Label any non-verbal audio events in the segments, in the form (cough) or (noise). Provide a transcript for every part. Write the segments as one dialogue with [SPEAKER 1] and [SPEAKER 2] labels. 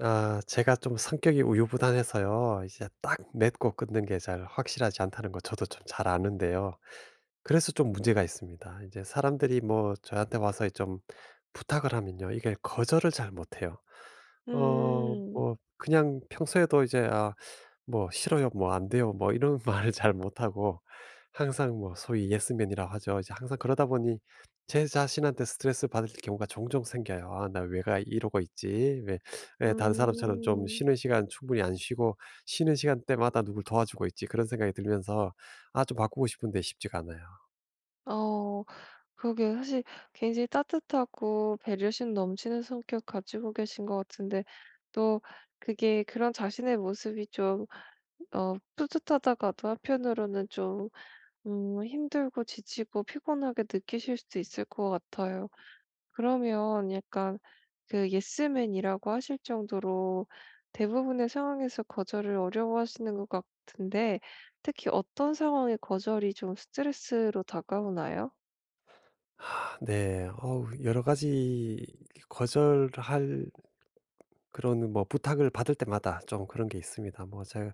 [SPEAKER 1] 아 제가 좀 성격이 우유부단해서요. 이제 딱 맺고 끊는 게 잘 확실하지 않다는 거 저도 좀 잘 아는데요. 그래서 좀 문제가 있습니다. 이제 사람들이 뭐 저한테 와서 좀 부탁을 하면요. 이게 거절을 잘 못해요. 어
[SPEAKER 2] 음.
[SPEAKER 1] 뭐 그냥 평소에도 이제 아 뭐 "싫어요." 뭐 "안 돼요." 뭐 이런 (laughs) 말을 잘 못하고 항상 뭐 소위 예스맨이라고 하죠. 이제 항상 그러다 보니 제 자신한테 스트레스 받을 경우가 종종 생겨요. '아 나 왜가 이러고 있지? 왜 예, 다른 사람처럼 좀
[SPEAKER 2] 음.
[SPEAKER 1] 쉬는 시간 충분히 안 쉬고 쉬는 시간 때마다 누굴 도와주고 있지 그런 생각이 들면서 아 좀 바꾸고 싶은데 쉽지가 않아요.
[SPEAKER 2] 어 그러게 사실 굉장히 따뜻하고 배려심 넘치는 성격 가지고 계신 것 같은데 또 그게 그런 자신의 모습이 좀 뿌듯하다가도 한편으로는 좀 힘들고 지치고 피곤하게 느끼실 수도 있을 것 같아요. 그러면 약간 그 예스맨이라고 하실 정도로 대부분의 상황에서 거절을 어려워하시는 것 같은데 특히 어떤 상황에 거절이 좀 스트레스로 다가오나요?
[SPEAKER 1] 하, 네. 어우 여러 가지 거절할 그런 뭐 부탁을 받을 때마다 좀 그런 게 있습니다. 뭐 제가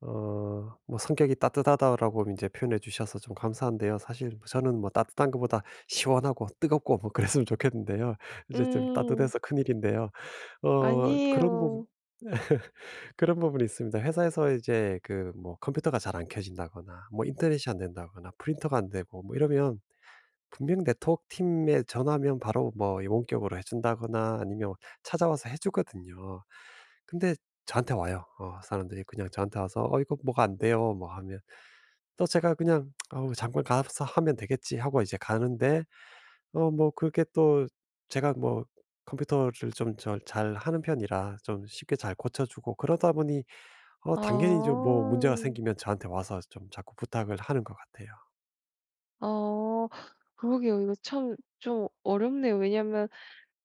[SPEAKER 1] 어 뭐 "성격이 따뜻하다."라고 이제 표현해 주셔서 좀 감사한데요. 사실 뭐 저는 뭐 따뜻한 것보다 시원하고 뜨겁고 뭐 그랬으면 좋겠는데요. 이제 좀
[SPEAKER 2] 음.
[SPEAKER 1] 따뜻해서 큰일인데요. 어
[SPEAKER 2] 아니에요.
[SPEAKER 1] 그런 부분이 있습니다. 회사에서 이제 그 뭐 컴퓨터가 잘 안 켜진다거나 뭐 인터넷이 안 된다거나 프린터가 안 되고 뭐 이러면 분명 네트워크 팀에 전화하면 바로 뭐 이 원격으로 해준다거나 아니면 찾아와서 해주거든요. 근데 저한테 와요. 어, 사람들이 그냥 저한테 와서 어 이거 뭐가 안 돼요. 뭐 하면 또 제가 그냥 어 잠깐 가서 하면 되겠지 하고 이제 가는데 어 뭐 그게 또 제가 뭐 컴퓨터를 좀 잘 하는 편이라 좀 쉽게 잘 고쳐주고 그러다 보니 어
[SPEAKER 2] 아.
[SPEAKER 1] 당연히 좀 뭐 문제가 생기면 저한테 와서 좀 자꾸 부탁을 하는 것 같아요.
[SPEAKER 2] 아. 그러게요. 이거 참 좀 어렵네요. 왜냐면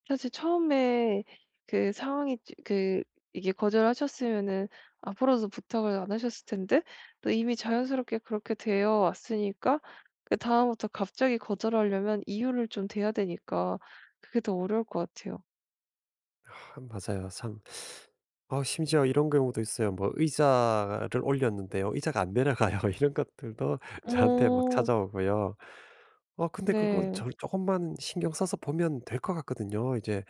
[SPEAKER 2] 사실 처음에 그 상황이 찌 그 이게 거절하셨으면은 앞으로도 부탁을 안 하셨을 텐데 또 이미 자연스럽게 그렇게 되어 왔으니까 그다음부터 갑자기 거절하려면 이유를 좀 대야 되니까 그게 더 어려울 것 같아요.
[SPEAKER 1] 아 맞아요. 참 어 심지어 이런 경우도 있어요. 뭐 의자를 올렸는데요. 의자가 안 내려가요. (laughs) 이런 것들도 저한테 막
[SPEAKER 2] 어
[SPEAKER 1] 찾아오고요. 어 근데 그건
[SPEAKER 2] 네.
[SPEAKER 1] 저 조금만 신경 써서 보면 될 것 같거든요. 이제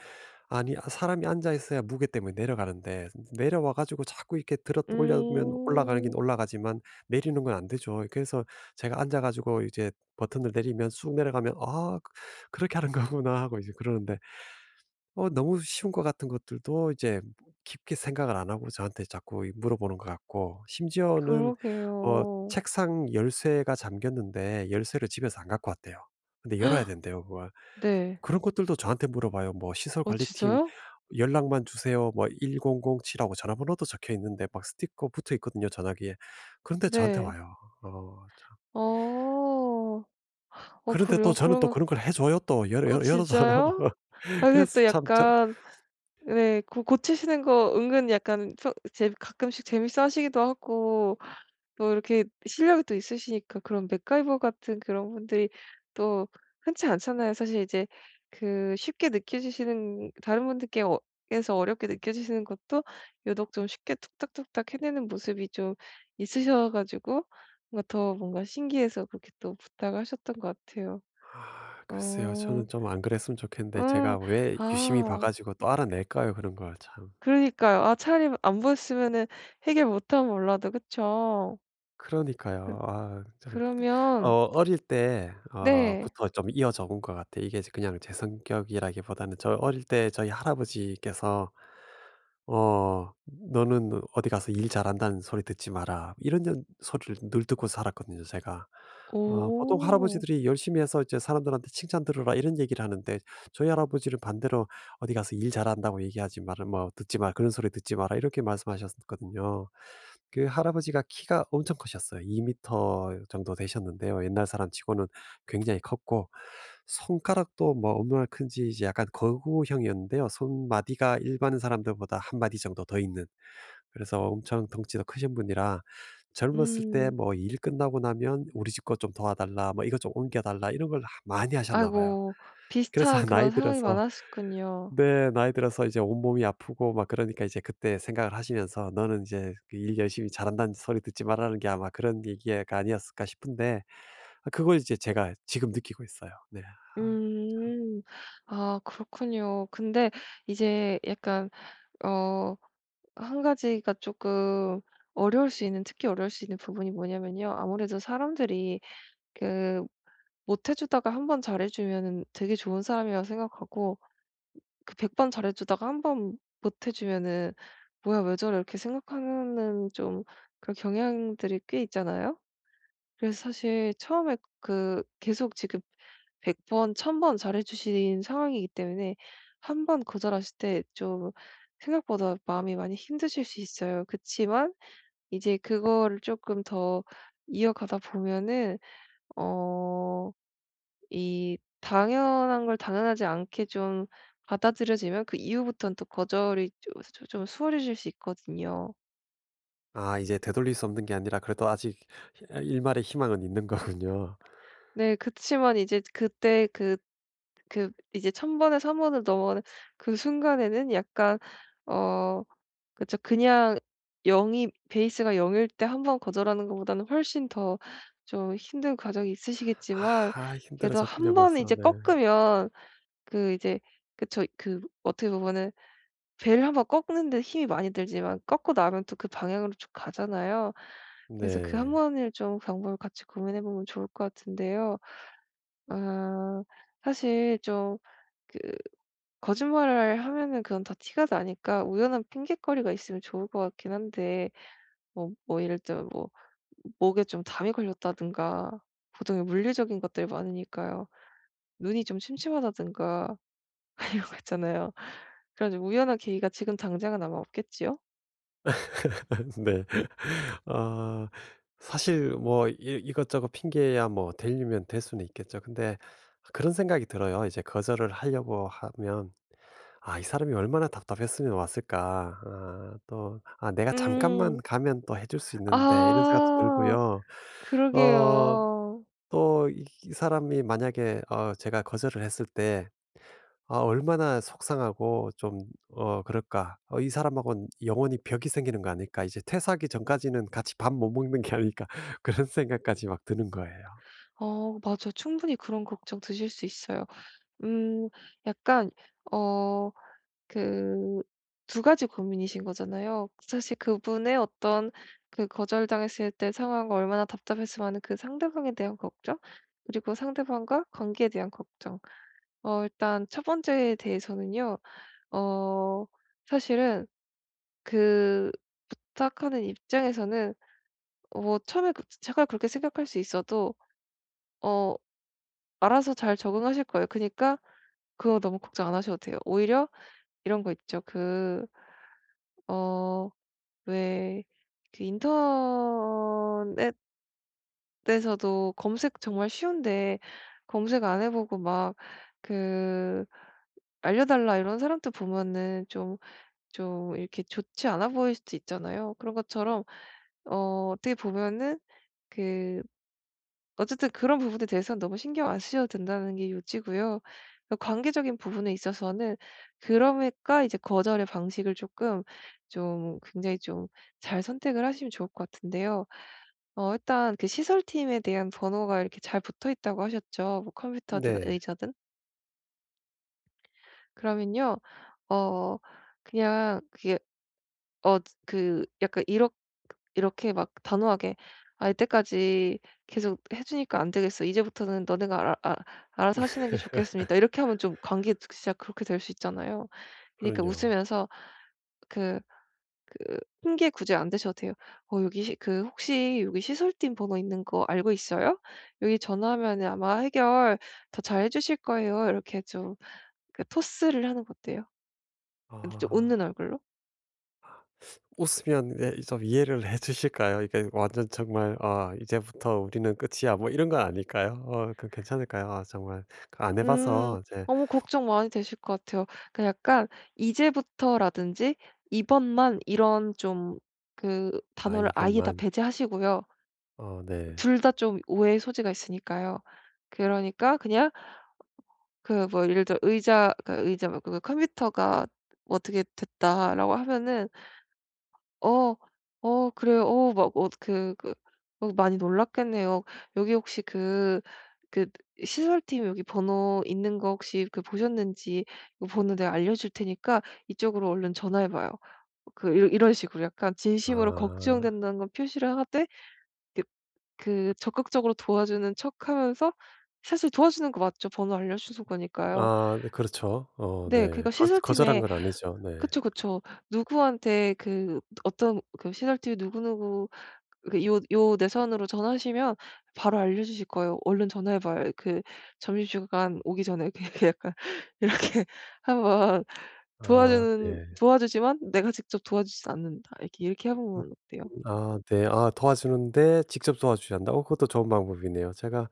[SPEAKER 1] 아니 아 사람이 앉아 있어야 무게 때문에 내려가는데 내려와 가지고 자꾸 이렇게 들어 올려면 올라가긴
[SPEAKER 2] 음.
[SPEAKER 1] 올라가지만 내리는 건 안 되죠. 그래서 제가 앉아 가지고 이제 버튼을 내리면 쑥 내려가면 '아 그렇게 하는 거구나.' (laughs) 하고 이제 그러는데 어 너무 쉬운 것 같은 것들도 이제 깊게 생각을 안 하고 저한테 자꾸 이 물어보는 것 같고 심지어는 어
[SPEAKER 2] 그러게요.
[SPEAKER 1] 책상 열쇠가 잠겼는데 열쇠를 집에서 안 갖고 왔대요. 근데 열어야
[SPEAKER 2] (gasps)
[SPEAKER 1] 된대요 그걸.
[SPEAKER 2] 네.
[SPEAKER 1] 그런 것들도 저한테 물어봐요. 뭐 "시설
[SPEAKER 2] 어
[SPEAKER 1] 관리팀
[SPEAKER 2] 진짜요?
[SPEAKER 1] 연락만 주세요." 뭐 1007 하고 전화번호도 적혀 있는데 막 스티커 붙어 있거든요, 전화기에. 그런데 저한테
[SPEAKER 2] 네.
[SPEAKER 1] 와요. 어 참.
[SPEAKER 2] 어. 어
[SPEAKER 1] 그런데 또
[SPEAKER 2] 그래요?
[SPEAKER 1] 저는 또
[SPEAKER 2] 그러면
[SPEAKER 1] 그런 걸 해 줘요. 또
[SPEAKER 2] 어
[SPEAKER 1] 열어 줘요.
[SPEAKER 2] 진짜요?
[SPEAKER 1] (laughs)
[SPEAKER 2] 아 근데
[SPEAKER 1] 그래서
[SPEAKER 2] 또
[SPEAKER 1] 참 저
[SPEAKER 2] 약간 네. 고 고치시는 거 은근 약간 평 재 가끔씩 재밌어 하시기도 하고 또 이렇게 실력이 또 있으시니까 그런 맥가이버 같은 그런 분들이 또 흔치 않잖아요. 사실 이제 그 쉽게 느껴지시는 다른 분들께 에서 어렵게 느껴지시는 것도 유독 좀 쉽게 툭딱툭딱 해내는 모습이 좀 있으셔 가지고 뭔가 더 뭔가 신기해서 그렇게 또 부탁을 하셨던 것 같아요.
[SPEAKER 1] 아, 글쎄요.
[SPEAKER 2] 어.
[SPEAKER 1] 저는 좀 안 그랬으면 좋겠는데
[SPEAKER 2] 음.
[SPEAKER 1] 제가 왜 유심히 봐
[SPEAKER 2] 아.
[SPEAKER 1] 가지고 또 알아낼까요, 그런 걸 참.
[SPEAKER 2] 그러니까요. 아 차라리 안 보였으면은 해결 못하면 몰라도 그쵸? 그
[SPEAKER 1] 그러니까요. 아 좀, 어
[SPEAKER 2] 그러면
[SPEAKER 1] 어릴 때 어
[SPEAKER 2] 네.
[SPEAKER 1] 부터 좀 이어져 온 것 같아요. 이게 이제 그냥 제 성격이라기보다는 저 어릴 때 저희 할아버지께서 어 "너는 어디 가서 일 잘한다는 소리 듣지 마라." 이런 소리를 늘 듣고 살았거든요 제가. 어 보통
[SPEAKER 2] 오.
[SPEAKER 1] 할아버지들이 "열심히 해서 이제 사람들한테 칭찬 들어라." 이런 얘기를 하는데 저희 할아버지는 반대로 어디 가서 일 잘한다고 얘기하지 마라. 뭐 듣지 마라. 그런 소리 듣지 마라. 이렇게 말씀하셨거든요. 그 할아버지가 키가 엄청 크셨어요. 2터 정도 되셨는데요. 옛날 사람 치고는 굉장히 컸고 손가락도 뭐 얼마나 큰지 이제 약간 거구형이었는데요. 손마디가 일반 사람들보다 한 마디 정도 더 있는. 그래서 엄청 덩치도 크신 분이라 젊었을 때
[SPEAKER 2] 음.
[SPEAKER 1] 뭐 일 끝나고 나면 "우리 집 것 좀 도와달라." 뭐 "이것 좀 옮겨 달라." 이런 걸 많이 하셨나 봐요.
[SPEAKER 2] 아이고
[SPEAKER 1] 그래서
[SPEAKER 2] 비슷한
[SPEAKER 1] (laughs) 나이
[SPEAKER 2] 그런 상황이
[SPEAKER 1] 들어서
[SPEAKER 2] 많았었군요.
[SPEAKER 1] 네. 나이 들어서 이제 온몸이 아프고 막 그러니까 이제 그때 생각을 하시면서 '너는 이제 그일 열심히 잘한다는 소리 듣지 말라는 게 아마 그런 얘기가 아니었을까?' 싶은데 아 그걸 이제 제가 지금 느끼고 있어요. 네. 아
[SPEAKER 2] 음. 아 그렇군요. 근데 이제 약간 어 한 가지가 조금 어려울 수 있는 특히 어려울 수 있는 부분이 뭐냐면요. 아무래도 사람들이 그 못 해 주다가 한 번 잘해 주면은 되게 좋은 사람이라고 생각하고 그 100번 잘해 주다가 한 번 못해 주면은 '뭐야 왜 저래?' 이렇게 생각하는 좀 그런 경향들이 꽤 있잖아요. 그래서 사실 처음에 그 계속 지금 100번 1,000번 잘해 주신 상황이기 때문에 한 번 거절하실 때 좀 생각보다 마음이 많이 힘드실 수 있어요. 그치만 이제 그거를 쪼끔 더 이어가다 보면은 어 이 당연한 걸 당연하지 않게 좀 받아들여지면 그 이후부터는 또 거절이 좀 수월해질 수 있거든요.
[SPEAKER 1] 아 이제 되돌릴 수 없는 게 아니라 그래도 아직 아 일말의 희망은 있는 거군요.
[SPEAKER 2] 네 그치만 이제 그때 그 이제 천 번에 한 번을 넘어가는 그 순간에는 약간 어 그쵸. 그냥 0이 베이스가 0일때 한 번 거절하는 것보다는 훨씬 더 좀 힘든 과정이 있으시겠지만
[SPEAKER 1] 아
[SPEAKER 2] 그래도 한
[SPEAKER 1] 힘들어졌군요
[SPEAKER 2] 번
[SPEAKER 1] 벌써.
[SPEAKER 2] 이제
[SPEAKER 1] 네.
[SPEAKER 2] 꺾으면 그 이제 그쵸. 그 어떻게 보면은 벨를한번 꺾는데 힘이 많이 들지만 꺾고 나면 또 그 방향으로 쭉 가잖아요. 그래서 그 한
[SPEAKER 1] 네.
[SPEAKER 2] 번을 좀 방법을 같이 고민해 보면 좋을 것 같은데요. 아 사실 좀 그 거짓말을 하면은 그건 다 티가 나니까 우연한 핑곗거리가 있으면 좋을 것 같긴 한데 뭐 예를 들면 뭐 목에 좀 담이 걸렸다든가 보통의 물리적인 것들이 많으니까요. 눈이 좀 침침하다든가 (laughs) 이런 거 있잖아요. 그런 좀 우연한 계기가 지금 당장은 아마 없겠지요?
[SPEAKER 1] (laughs) 네. 아 사실 뭐 이 이것저것 핑계야 뭐 되려면 될 수는 있겠죠. 근데 그런 생각이 들어요. 이제 거절을 하려고 하면 '아 이 사람이 얼마나 답답했으면 왔을까.' 아 또 '아 내가 잠깐만
[SPEAKER 2] 음.
[SPEAKER 1] 가면 또 해줄 수 있는데.' 이런 생각도
[SPEAKER 2] 아
[SPEAKER 1] 들고요. 어
[SPEAKER 2] 그러게요.
[SPEAKER 1] 또 이 사람이 만약에 어 제가 거절을 했을 때 아 얼마나 속상하고 좀 어 그럴까. 어 '이 사람하고는 영원히 벽이 생기는 거 아닐까. 이제 퇴사하기 전까지는 같이 밥 못 먹는 게 아닐까.' (laughs) 그런 생각까지 막 드는 거예요.
[SPEAKER 2] 맞아 충분히 그런 걱정 드실 수 있어요. 음 약간 어 그 두 가지 고민이신 거잖아요. 사실 그분의 어떤 그 거절당했을 때 상황과 얼마나 답답했으면 하는 그 상대방에 대한 걱정 그리고 상대방과 관계에 대한 걱정. 일단 첫 번째에 대해서는요. 어 사실은 그 부탁하는 입장에서는 뭐 처음에 그 제가 그렇게 생각할 수 있어도 어 알아서 잘 적응하실 거예요. 그니까 러 그거 너무 걱정 안 하셔도 돼요. 오히려 이런 거 있죠. 그 어 왜 그 인터넷에서도 검색 정말 쉬운데 검색 안 해 보고 막 그 "알려달라." 이런 사람들 보면은 좀 이렇게 좋지 않아 보일 수도 있잖아요. 그런 것처럼 어 어떻게 보면은 그 어쨌든 그런 부분에 대해서는 너무 신경 안 쓰셔도 된다는 게 요지고요. 그 관계적인 부분에 있어서는 그러니까 이제 거절의 방식을 조금 좀 굉장히 좀 잘 선택을 하시면 좋을 것 같은데요. 일단 그 시설팀에 대한 번호가 이렇게 잘 붙어 있다고 하셨죠. 뭐 컴퓨터든
[SPEAKER 1] 네.
[SPEAKER 2] 의자든. 그러면요. 어 그냥 그게 어 그 약간 이렇게 막 단호하게 "아 이때까지 계속 해 주니까 안 되겠어. 이제부터는 너네가 알아서 하시는 게 좋겠습니다." 이렇게 하면 좀 관계 진짜 그렇게 될 수 있잖아요. 그니까
[SPEAKER 1] 그럼요.
[SPEAKER 2] 웃으면서 그 그 핑계 굳이 안 대셔도 돼요. "어 여기 시 그 혹시 여기 시설팀 번호 있는 거 알고 있어요? 여기 전화하면은 아마 해결 더 잘해 주실 거예요." 이렇게 좀 그 토스를 하는 거 어때요? 근데 좀 웃는
[SPEAKER 1] 아.
[SPEAKER 2] 얼굴로?
[SPEAKER 1] 웃으면 예 좀 이해를 해 주실까요? 이게 완전 정말 '아 이제부터 우리는 끝이야.' 뭐 이런 건 아닐까요? 어 그 괜찮을까요? 아 정말 그 안 해
[SPEAKER 2] 음.
[SPEAKER 1] 봐서 이제
[SPEAKER 2] 너무 걱정 많이 되실 것 같아요. 그 약간 "이제부터"라든지 "이번만" 이런 좀 그
[SPEAKER 1] 아
[SPEAKER 2] 단어를 아예 다
[SPEAKER 1] 이번만
[SPEAKER 2] 배제하시고요.
[SPEAKER 1] 어 네.
[SPEAKER 2] 둘 다 좀 오해의 소지가 있으니까요. 그러니까 그냥 그 뭐 예를 들어 의자 그 의자 말고 그 "컴퓨터가 뭐 어떻게 됐다."라고 하면은 어. 어 그래요. 많이 놀랐겠네요. 여기 혹시 그 시설팀 여기 번호 있는 거 혹시 그 보셨는지 그 번호 내가 알려줄 테니까 이쪽으로 얼른 전화해 봐요. 그이 이런 식으로 약간 진심으로
[SPEAKER 1] 아.
[SPEAKER 2] 걱정된다는 건 표시를 하되 그 그 적극적으로 도와주는 척하면서 사실 도와주는 거 맞죠. 번호 알려주는 거니까요.
[SPEAKER 1] 아 네 그렇죠. 어
[SPEAKER 2] 네.
[SPEAKER 1] 네.
[SPEAKER 2] 그러니까
[SPEAKER 1] 거 거절한
[SPEAKER 2] 시설팀에
[SPEAKER 1] 건 아니죠. 네.
[SPEAKER 2] 그쵸, 그쵸. 누구한테 그 어떤 그 시설팀이 누구누구 그 요 내선으로 전화하시면 바로 알려주실 거예요. "얼른 전화해 봐요." 그 점심시간 오기 전에 (laughs) 이렇게 약간 이렇게 한번
[SPEAKER 1] 아
[SPEAKER 2] 도와주는
[SPEAKER 1] 네.
[SPEAKER 2] 도와주지만 내가 직접 도와주진 않는다. 이렇게, 이렇게 해
[SPEAKER 1] 음
[SPEAKER 2] 보면 어때요?
[SPEAKER 1] 아 네. 아 도와주는데 직접 도와주신다. 어 그것도 좋은 방법이네요. 제가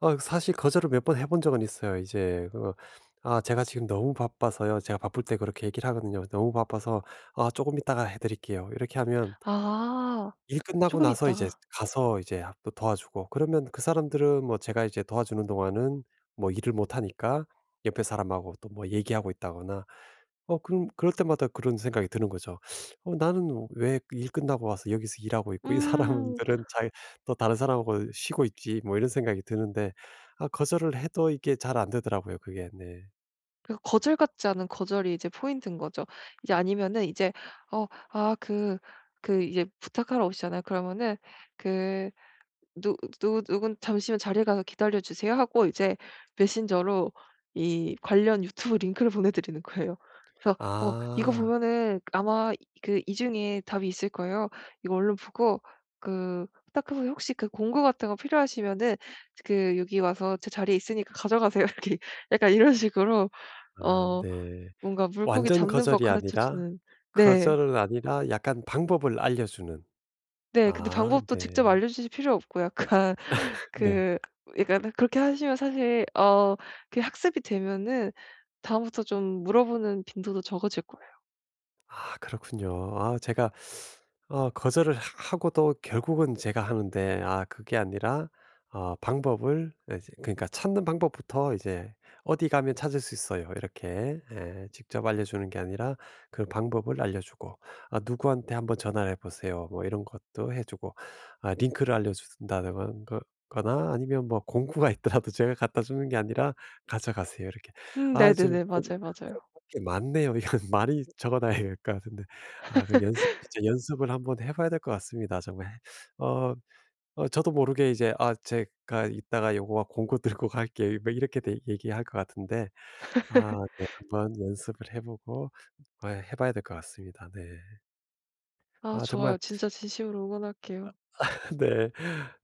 [SPEAKER 1] 어 사실 거절을 몇 번 해본 적은 있어요. 이제 어, "아 제가 지금 너무 바빠서요." 제가 바쁠 때 그렇게 얘기를 하거든요. "너무 바빠서 아금 이따가 해 드릴게요." 이렇게 하면
[SPEAKER 2] 아
[SPEAKER 1] 일
[SPEAKER 2] 조
[SPEAKER 1] 끝나고
[SPEAKER 2] 금
[SPEAKER 1] 나서 이제
[SPEAKER 2] 있다가.
[SPEAKER 1] 가서 이제 하 또 도와주고 그러면 그 사람들은 뭐 제가 이제 도와주는 동안은 뭐 일을 못 하니까 옆에 사람하고 또 뭐 얘기하고 있다거나 어 그럼 그럴 때마다 그런 생각이 드는 거죠. '어 나는 왜 일 끝나고 와서 여기서 일하고 있고 이
[SPEAKER 2] 음.
[SPEAKER 1] 사람들은 잘 또 다른 사람하고 쉬고 있지.' 뭐 이런 생각이 드는데 아 거절을 해도 이게 잘 안 되더라고요 그게. 네.
[SPEAKER 2] 그 거절 같지 않은 거절이 이제 포인트인 거죠. 이제 아니면은 이제 어 아 그 이제 부탁하러 오시잖아요. 그러면은 그 누 누 누군 "잠시만 자리에 가서 기다려 주세요." 하고 이제 메신저로 이 관련 유튜브 링크를 (laughs) 보내 드리는 거예요. 그래서 "어 이거
[SPEAKER 1] 아.
[SPEAKER 2] 보면은 아마 그 이 중에 답이 있을 거예요. 이거 얼른 보고 그 딱 하고 혹시 그 공구 같은 거 필요하시면은 그 여기 와서 제 자리에 있으니까 가져가세요." (laughs) 이렇게 약간 이런 식으로
[SPEAKER 1] 아
[SPEAKER 2] 어
[SPEAKER 1] 네.
[SPEAKER 2] 뭔가 물고기
[SPEAKER 1] 완전
[SPEAKER 2] 잡는 법
[SPEAKER 1] 거절이
[SPEAKER 2] 가르쳐
[SPEAKER 1] 아니라
[SPEAKER 2] 주는 네.
[SPEAKER 1] 거절은 아니라 약간 방법을 알려 주는.
[SPEAKER 2] 네. 근데
[SPEAKER 1] 아
[SPEAKER 2] 방법도 직접
[SPEAKER 1] 네.
[SPEAKER 2] 알려주실 필요 없고 약간 (laughs)
[SPEAKER 1] 네.
[SPEAKER 2] 그 약간 그렇게 하시면 사실 그게 학습이 되면은 다음부터 좀 물어보는 빈도도 적어질 거예요.
[SPEAKER 1] 아 그렇군요. 아 제가 어 거절을 하 하고도 결국은 제가 하는데 아 그게 아니라 어 방법을 이제 그러니까 찾는 방법부터 이제 "어디 가면 찾을 수 있어요." 이렇게 예 직접 알려주는 게 아니라 그 방법을 알려주고 아 "누구한테 한번 전화를 해 보세요." 뭐 이런 것도 해 주고 아 링크를 알려준다든가 거 거나 아니면 뭐 공구가 있더라도 제가 갖다 주는 게 아니라 "가져가세요." 이렇게. 아 지금
[SPEAKER 2] 네네네. 맞아요, 맞아요.
[SPEAKER 1] 공 이게 맞네요. (laughs) 이건 많이 적어 놔야 될 것 같은데. 아 그 연습 진짜 연습을 한번 해 봐야 될 것 같습니다. 정말 어 어 저도 모르게 이제 '아 제가 이따가 요거 공구 들고 갈게요.' 뭐 이렇게 얘기할 것 같은데 아 네 한번 연습을 해 보고 어 해 봐야 될 것 같습니다. 네.
[SPEAKER 2] 아
[SPEAKER 1] 아 정말
[SPEAKER 2] 좋아요. 진짜 진심으로 응원할게요.
[SPEAKER 1] (laughs) 네.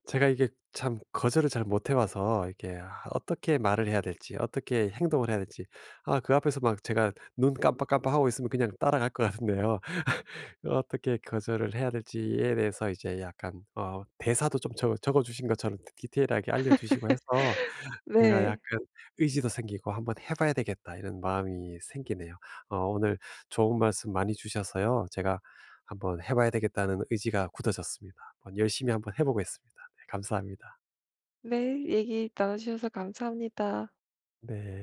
[SPEAKER 1] 제가 이게 참 거절을 잘 못해 와서 이게 아 어떻게 말을 해야 될지 어떻게 행동을 해야 될지 아 그 앞에서 막 제가 눈 깜빡깜빡하고 있으면 그냥 따라갈 것 같은데요. (laughs) 어떻게 거절을 해야 될지에 대해서 이제 약간 어 대사도 좀 적 적어 주신 것처럼 디테일하게 알려 주시고 해서 제가
[SPEAKER 2] 네.
[SPEAKER 1] 약간 의지도 생기고 '한번 해 봐야 되겠다.' 이런 마음이 생기네요. 어 오늘 좋은 말씀 많이 주셔서요. 제가 '한번 해 봐야 되겠다.'는 의지가 굳어졌습니다. 한번 열심히 한번 해 보겠습니다. 네 감사합니다.
[SPEAKER 2] 네. 얘기 나눠 주셔서 감사합니다.
[SPEAKER 1] 네.